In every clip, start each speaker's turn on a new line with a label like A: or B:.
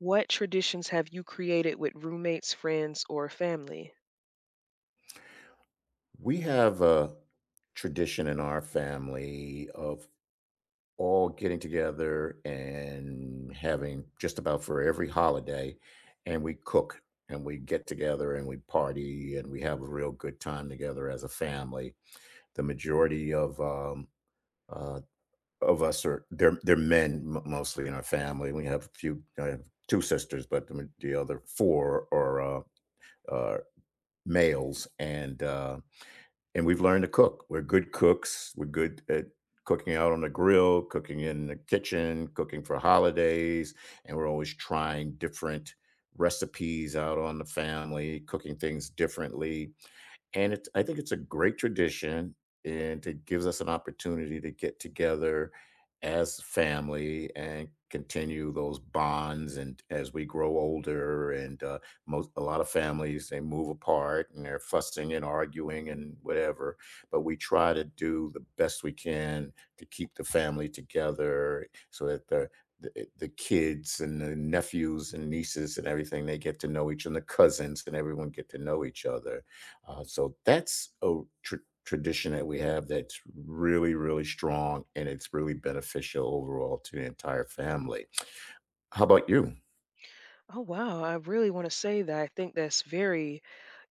A: What traditions have you created with roommates, friends, or family?
B: We have a tradition in our family of all getting together and having just about for every holiday, and we cook and we get together and we party and we have a real good time together as a family. The majority uh, of us are they're men, mostly in our family. We have a few, I have two sisters, but the other four are males, and and we've learned to cook. We're good cooks. We're good at cooking out on the grill, cooking in the kitchen, cooking for holidays, and we're always trying different recipes out on the family, cooking things differently, and I think it's a great tradition, and it gives us an opportunity to get together as family and continue those bonds. And as we grow older, and most a lot of families, they move apart and they're fussing and arguing and whatever. But we try to do the best we can to keep the family together, so that the kids and the nephews and nieces and everything, they get to know each, and the cousins and everyone get to know each other, so that's a tr tradition that we have, that's really, really strong, and it's really beneficial overall to the entire family. How about you?
A: Oh, wow. I really want to say that I think that's very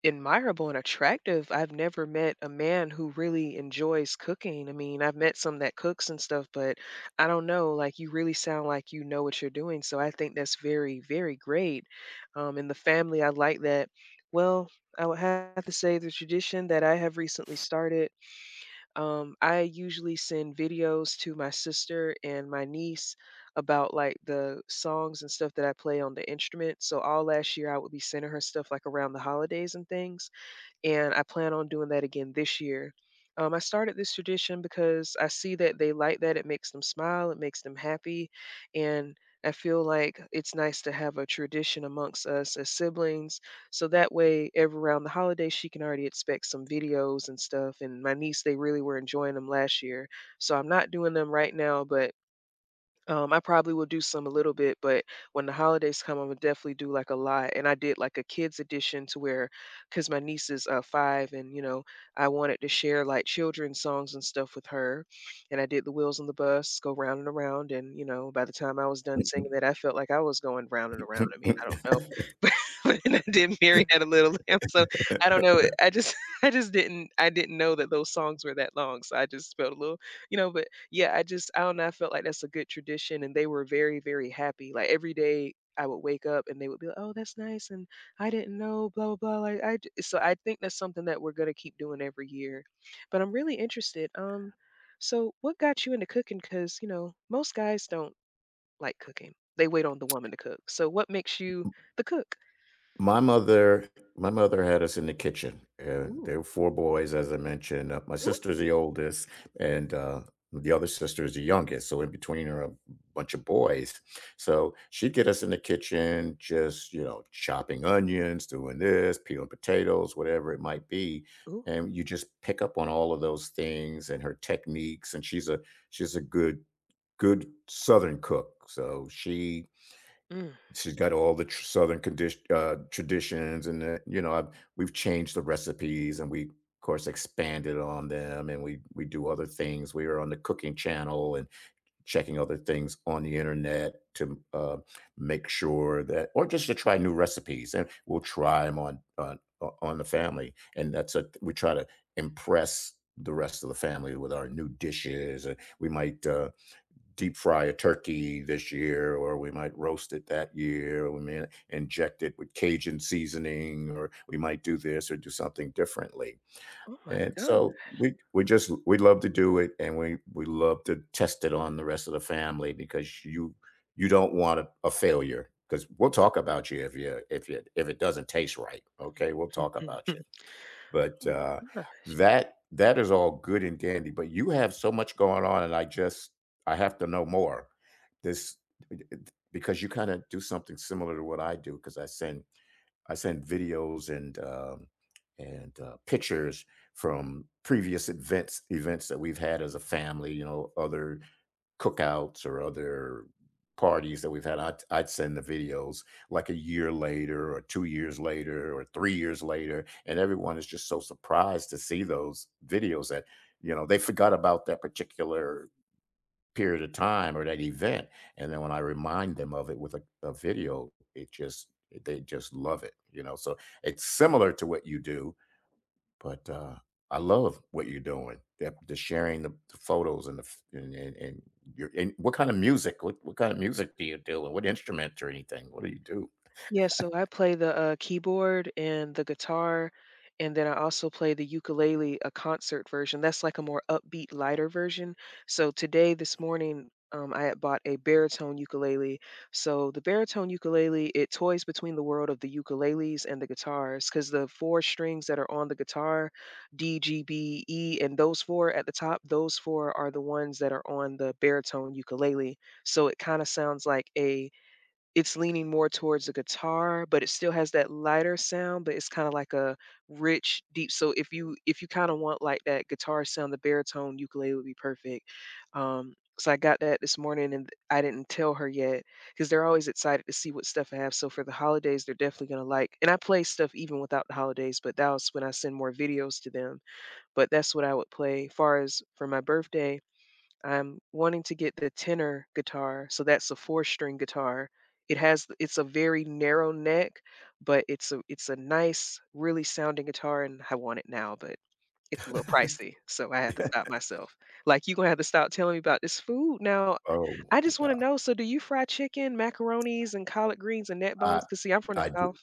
A: admirable and attractive. I've never met a man who really enjoys cooking. I mean, I've met some that cooks and stuff, but I don't know. Like, you really sound like you know what you're doing. So I think that's very, very great. In the family, I like that. Well, I would have to say the tradition that I have recently started. I usually send videos to my sister and my niece about like the songs and stuff that I play on the instrument. So all last year I would be sending her stuff like around the holidays and things, and I plan on doing that again this year. I started this tradition because I see that they like that. It makes them smile, it makes them happy, and I feel like it's nice to have a tradition amongst us as siblings. So that way, every around the holidays, she can already expect some videos and stuff. And my niece, they really were enjoying them last year. So I'm not doing them right now, but I probably will do some a little bit, but when the holidays come, I'm gonna definitely do like a lot. And I did like a kids edition to where, because my niece is 5, and you know, I wanted to share like children's songs and stuff with her. And I did the wheels on the bus go round and around. And you know, by the time I was done singing that, I felt like I was going round and around. I mean, I don't know, but and I did Mary had a little lamb. So I don't know. I didn't know that those songs were that long. So I just felt a little, but yeah, I don't know, I felt like that's a good tradition, and they were very, very happy. Like, every day I would wake up and they would be like, "Oh, that's nice, and I didn't know, blah, blah, blah," like, I j so I think that's something that we're gonna keep doing every year. But I'm really interested, so what got you into cooking? Cause most guys don't like cooking. They wait on the woman to cook. So what makes you the cook?
B: My mother my mother had us in the kitchen, and
A: Ooh,
B: there were 4 boys, as I mentioned. My
A: ooh,
B: sister's the oldest, and the other sister is the youngest, so in between are a bunch of boys. So, she'd get us in the kitchen, just, you know, chopping onions, doing this, peeling potatoes, whatever it might be,
A: ooh.
B: and you just pick up on all of those things and her techniques, and she's a good Southern cook, so she
A: Mm.
B: She's got all the tr southern condition traditions and the, you know, I've we've changed the recipes, and we, of course, expanded on them, and we do other things. We are on the cooking channel and checking other things on the internet to make sure that or just to try new recipes, and we'll try them on the family, and that's a we try to impress the rest of the family with our new dishes. And we might, deep fry a turkey this year, or we might roast it that year, or we may inject it with Cajun seasoning, or we might do this or do something differently.
A: Oh my
B: And
A: god.
B: so we love to do it, and we love to test it on the rest of the family, because you don't want a failure, because we'll talk about you if it doesn't taste right. Okay, we'll talk about you. But, that is all good and dandy, but you have so much going on, and I just, I have to know more. This Because you kinda do something similar to what I do, because I send videos, and, pictures from previous events that we've had as a family, you know, other cookouts or other parties that we've had. I'd send the videos like a year later or 2 years later or 3 years later. And everyone is just so surprised to see those videos, that, you know, they forgot about that particular period of time or that event. And then, when I remind them of it with a video, they just love it. So it's similar to what you do, but, I love what you're doing, that the sharing the photos, and the f and your and what kind of music? What kind of music do you do, or what instrument or anything? What do you do?
A: Yeah, so I play the keyboard and the guitar, and then I also play the ukulele, a concert version. That's like a more upbeat, lighter version. So today, this morning, I had bought a baritone ukulele. So the baritone ukulele, it toys between the world of the ukuleles and the guitars, because the 4 strings that are on the guitar, DGBE, and those 4 at the top, those 4 are the ones that are on the baritone ukulele. So it kinda sounds like a it's leaning more towards the guitar, but it still has that lighter sound, but it's kinda like a rich, deep. So if you kinda want, like, that guitar sound, the baritone ukulele would be perfect. Um, so I got that this morning and I didn't tell her yet because 'cause they're always excited to see what stuff I have, so for the holidays, they're definitely gonna like and I play stuff even without the holidays, but that was when I send more videos to them, but that's what I would play. Far as for my birthday, I'm wanting to get the tenor guitar, so that's a four-string guitar. It's a very narrow neck, but it's a nice, really sounding guitar, and I want it now, but it's a little pricey, so I had to stop myself. Like, "You gonna have to stop telling me about this food now."
B: Oh,
A: I just wanna
B: yeah.
A: know, so do you fry chicken, macaronis, and collard greens, and neck
B: I
A: bones? 'Cause see, I'm from the
B: I
A: South.
B: do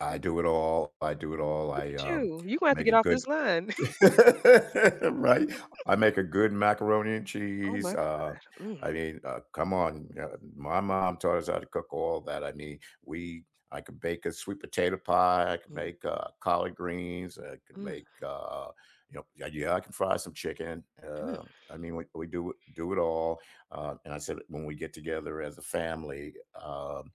B: I do it all. I do it all.
A: look
B: I,
A: at
B: um,
A: you. You gonna have to
B: make
A: get
B: a
A: off
B: good
A: this line.
B: Right? I make a good macaroni and
A: Oh my
B: cheese,
A: god. Mm,
B: I mean, come on, my mom taught us how to cook all that. I mean, we I could bake a sweet potato pie, I could
A: mm,
B: make, collard greens, I could
A: mm,
B: make, you know yeah, yeah, I can fry some chicken,
A: mm.
B: I mean, we do it all, and I said, when we get together as a family,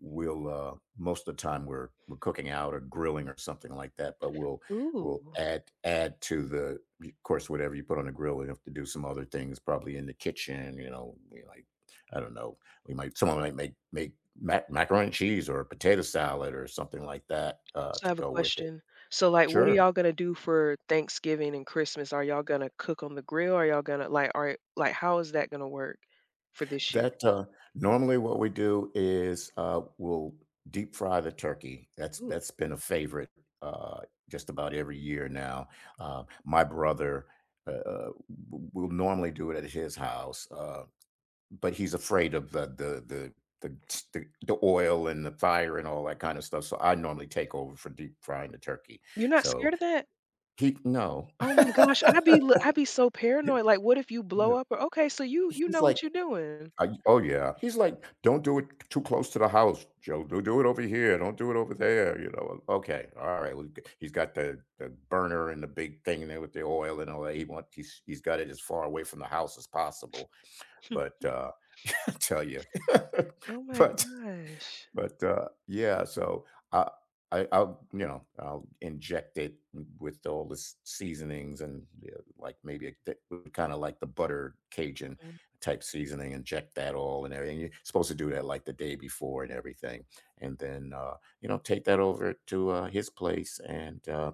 B: we'll, most of the time, we're cooking out or grilling or something like that, but we'll,
A: Ooh.
B: Add to the, of course, whatever you put on the grill. We have to do some other things, probably in the kitchen. You know, we like I don't know. We might Someone might make macaroni and cheese or a potato salad or something like that,
A: So I
B: to
A: have a
B: go with it.
A: question. So, like, what are
B: Sure.
A: y'all gonna do for Thanksgiving and Christmas? Are y'all gonna cook on the grill? Are y'all gonna like, are like, How is that gonna work for this year?
B: That Normally, what we do is we'll deep fry the turkey. That's
A: Ooh,
B: that's been a favorite, uh, just about every year now. My brother, uh, will normally do it at his house. But he's afraid of the the oil and the fire and all that kind of stuff. So I normally take over for deep frying the turkey.
A: you're not
B: So,
A: scared of that?
B: he no.
A: Oh my gosh, I'd be l- I'd be so paranoid. Like, what if you blow up? Or okay, so you
B: He's
A: know
B: like,
A: what you're doing.
B: oh, yeah. He's like, "Don't do it too close to the house, Joe. Do it over here. Don't do it over there. You know. Oh, okay. All right. He's got the burner and the big thing there with the oil and all that." He want he's got it as far away from the house as possible. But, I tell you,
A: Oh my
B: but
A: gosh.
B: Yeah, so I I I'll, you know, I'll inject it with all the s seasonings, and, yeah, like, maybe, kinda like the butter Cajun
A: Mm,
B: type seasoning, inject that all and everything. You're supposed to do that, like, the day before and everything. And then, take that over to, his place, and, uh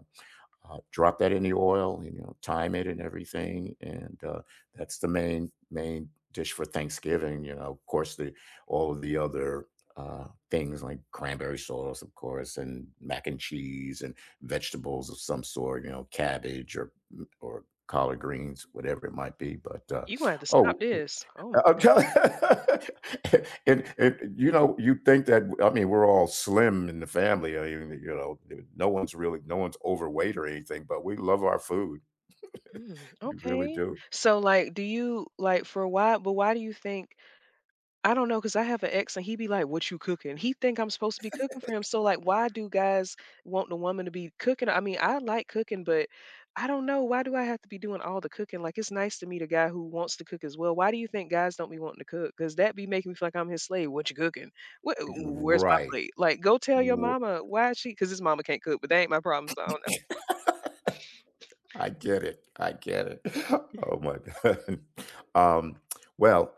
B: uh, drop that in the oil, you know, time it and everything, and that's the main dish for Thanksgiving. You know, of course, the all of the other, things like cranberry sauce, of course, and mac and cheese, and vegetables of some sort. You know, cabbage or collard greens, whatever it might be. But,
A: you gonna have to stop
B: oh,
A: this. Oh my
B: I'm telling
A: God.
B: and, you know, you think that I mean, we're all slim in the family. I mean, no one's overweight or anything, but we love our food.
A: Mm,
B: We really
A: okay.
B: do.
A: So like, do you like for why? But why do you think? I don't know, cause I have an ex and he be like, "What you cooking?" He think I'm supposed to be cooking for him, so, like, why do guys want the woman to be cooking? I mean, I like cooking, but I don't know, why do I have to be doing all the cooking? Like, it's nice to meet a guy who wants to cook as well. Why do you think guys don't be wanting to cook? Cause that be making me feel like I'm his slave. "What you cooking? What where's my
B: Right.
A: plate?" Like, go tell your
B: W-
A: mama why she, cause his mama can't cook, but that ain't my problem, so I don't know.
B: I get it. I get it. Oh, my God. Um, well,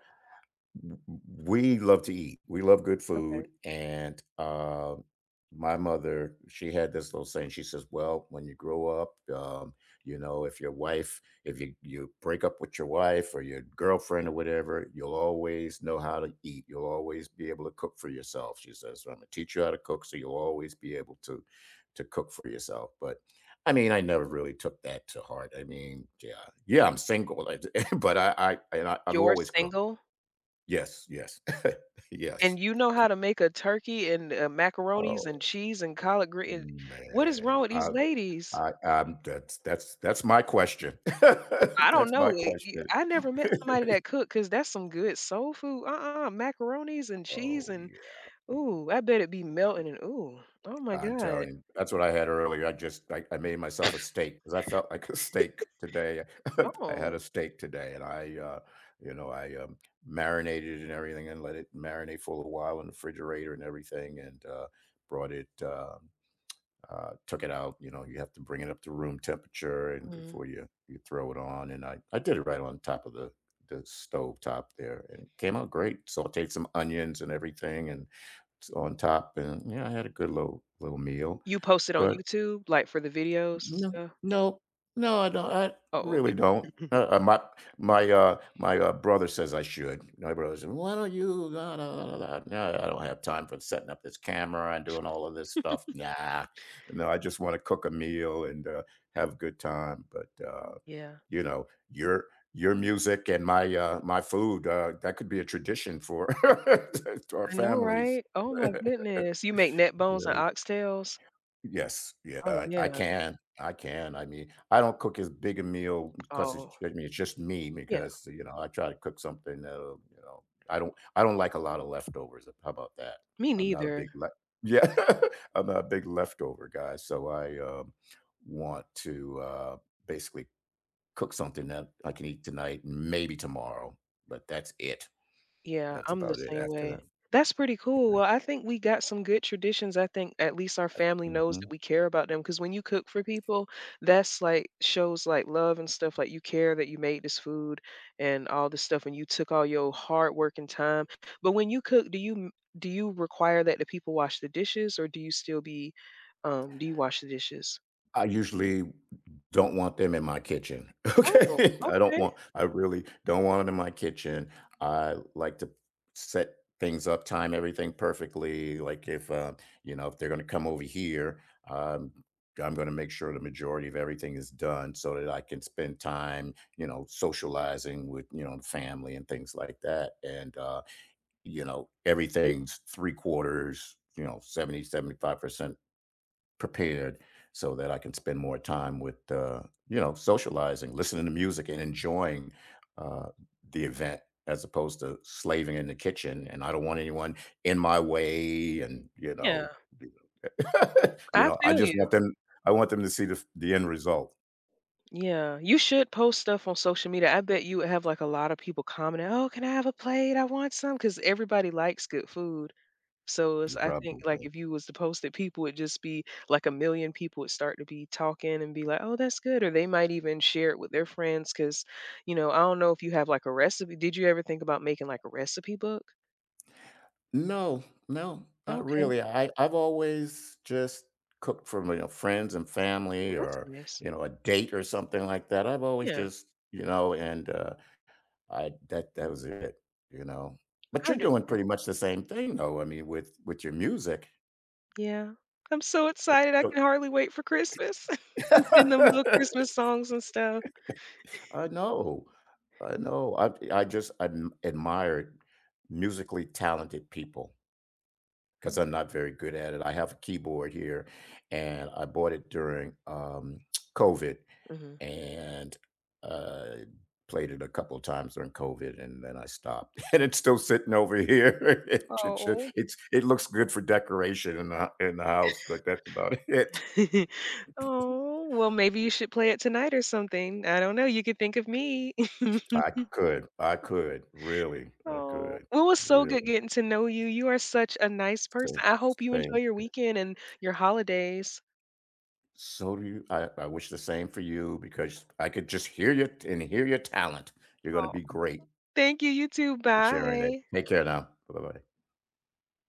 B: we love to eat. We love good
A: Okay.
B: food, and, my mother, she had this little saying. She says, "Well, when you grow up, if you break up with your wife or your girlfriend or whatever, you'll always know how to eat. You'll always be able to cook for yourself." She says, "So, Imma teach you how to cook, so you'll always be able to cook for yourself." But, I mean, I never really took that to heart. I mean, yeah, yeah, I'm single, I am single, but I and I've
A: You're
B: always cooked.
A: single?
B: Yes, yes. Yes.
A: And you know how to make a turkey and, macaronis
B: Oh,
A: and cheese and collard green? What is
B: man.
A: wrong with these ladies?
B: I I'm That's my question.
A: I don't
B: That's
A: know,
B: my
A: eh, you
B: question.
A: I never met somebody that cooked, because that's some good soul food, uh-uh, macaronis and cheese
B: Oh,
A: and
B: yeah.
A: ooh, I bet it be melting and ooh, oh my
B: I'm
A: god,
B: telling you. That's what I had earlier. I just I made myself a steak because I felt like a steak today. I had
A: oh,
B: a steak today, and I marinated it and everything, and let it marinate for a little while in the refrigerator and everything, and, brought it, uh took it out. You know, you have to bring it up to room temperature and
A: mhm.
B: before you throw it on. And I did it right on top of the stove top there, and it came out great. Sauteed some onions and everything, and on top, and yeah, I had a good little meal.
A: You post it on
B: But
A: YouTube, like, for the videos and
B: no,
A: stuff?
B: no, no, I don't. I
A: Oh,
B: really don't.
A: okay.
B: My brother says I should. My brother says, "Why don't you?" Nah, nah, nah, nah, nah, nah, I don't have time for setting up this camera and doing all of this stuff. Nah, no, I just want to cook a meal and, have a good time. But,
A: Yeah.
B: you know, your your music, and my, my food, that could be a tradition for our
A: I know,
B: families.
A: right? Oh my goodness. You make neck bones and
B: Really.
A: oxtails?
B: Yes, yeah,
A: Oh,
B: I I
A: yeah.
B: can, I can, I mean, I don't cook as big a meal, 'cause it's
A: Oh,
B: I mean, it's just me,
A: yeah.
B: because, you know, I try to cook something, I don't like a lot of leftovers, how about that?
A: Me
B: I'm not a
A: neither.
B: big le Yeah, I'm not a big leftover guy, so I, want to, basically cook something that I can eat tonight, maybe tomorrow, but that's it.
A: Yeah,
B: That's
A: I'm the
B: about it
A: same
B: after
A: way.
B: that,
A: That's pretty cool.
B: yeah,
A: Well, I think we got some good traditions. I think at least our family knows that
B: mhm.
A: we care about them because when you cook for people, that's like shows like love and stuff like you care that you made this food and all this stuff and you took all your hard work and time. But when you cook, do you require that the people wash the dishes or do you still be do you wash the dishes?
B: I usually don't want them in my kitchen.
A: Oh,
B: Okay? I don't
A: okay.
B: want I really don't want 'em in my kitchen. I like to set things up, time everything perfectly, like, if, you know, if they're gonna come over here, um, I'm gonna make sure the majority of everything is done, so that I can spend time, you know, socializing with, you know, family and things like that, and, you know, everything's 3 quarters, you know, seventy seventy five percent prepared, so that I can spend more time with, socializing, listening to music, and enjoying, uh, the event, as opposed to slaving in the kitchen. And I don't want anyone in my way. And, you
A: Yeah.
B: know, you
A: I
B: know, I
A: feel
B: just
A: you.
B: want them. I want them to see the end result.
A: Yeah, you should post stuff on social media. I bet you would have like a lot of people commenting, "Oh, can I have a plate? I want some," because everybody likes good food. So it's,
B: You're
A: I think
B: probably
A: like
B: right.
A: if you was to post it, people would just be like a million people would start to be talking and be like, "Oh, that's good," or they might even share it with their friends. Because I don't know if you have like a recipe. Did you ever think about making like a recipe book?
B: No, no, not
A: Okay,
B: really. I've always just cooked for, friends and family,
A: that's
B: or
A: nice.
B: a date or something like that. I've always
A: Yeah,
B: just, you know and I that that was it, you know? But
A: I
B: you're doing
A: understand.
B: pretty much the same thing though, I mean, with your music.
A: Yeah, I'm so excited. I
B: So,
A: can hardly wait for Christmas to sing them little Christmas songs and stuff.
B: I know. I know. I just admired musically talented people, because 'cause I'm not very good at it. I have a keyboard here, and I bought it during, COVID.
A: Mhm.
B: And, uh, played it a couple of times during COVID, and then I stopped. And it's still sitting over here. It should-
A: Oh.
B: it's it looks good for decoration in the house, but that's about it.
A: Oh, well, maybe you should play it tonight or something. I don't know, you could think of me.
B: I could, really, I
A: Oh.
B: could,
A: Well, it was so good
B: really.
A: getting to know you. You are such a nice person.
B: Same,
A: I hope you enjoy
B: same.
A: your weekend and your holidays.
B: So do you. I wish the same for you, because I could just hear you and hear your talent. You're going to
A: Oh.
B: be great
A: Thank you, you too.
B: at sharing it.
A: Bye.
B: Take care now. Bye bye.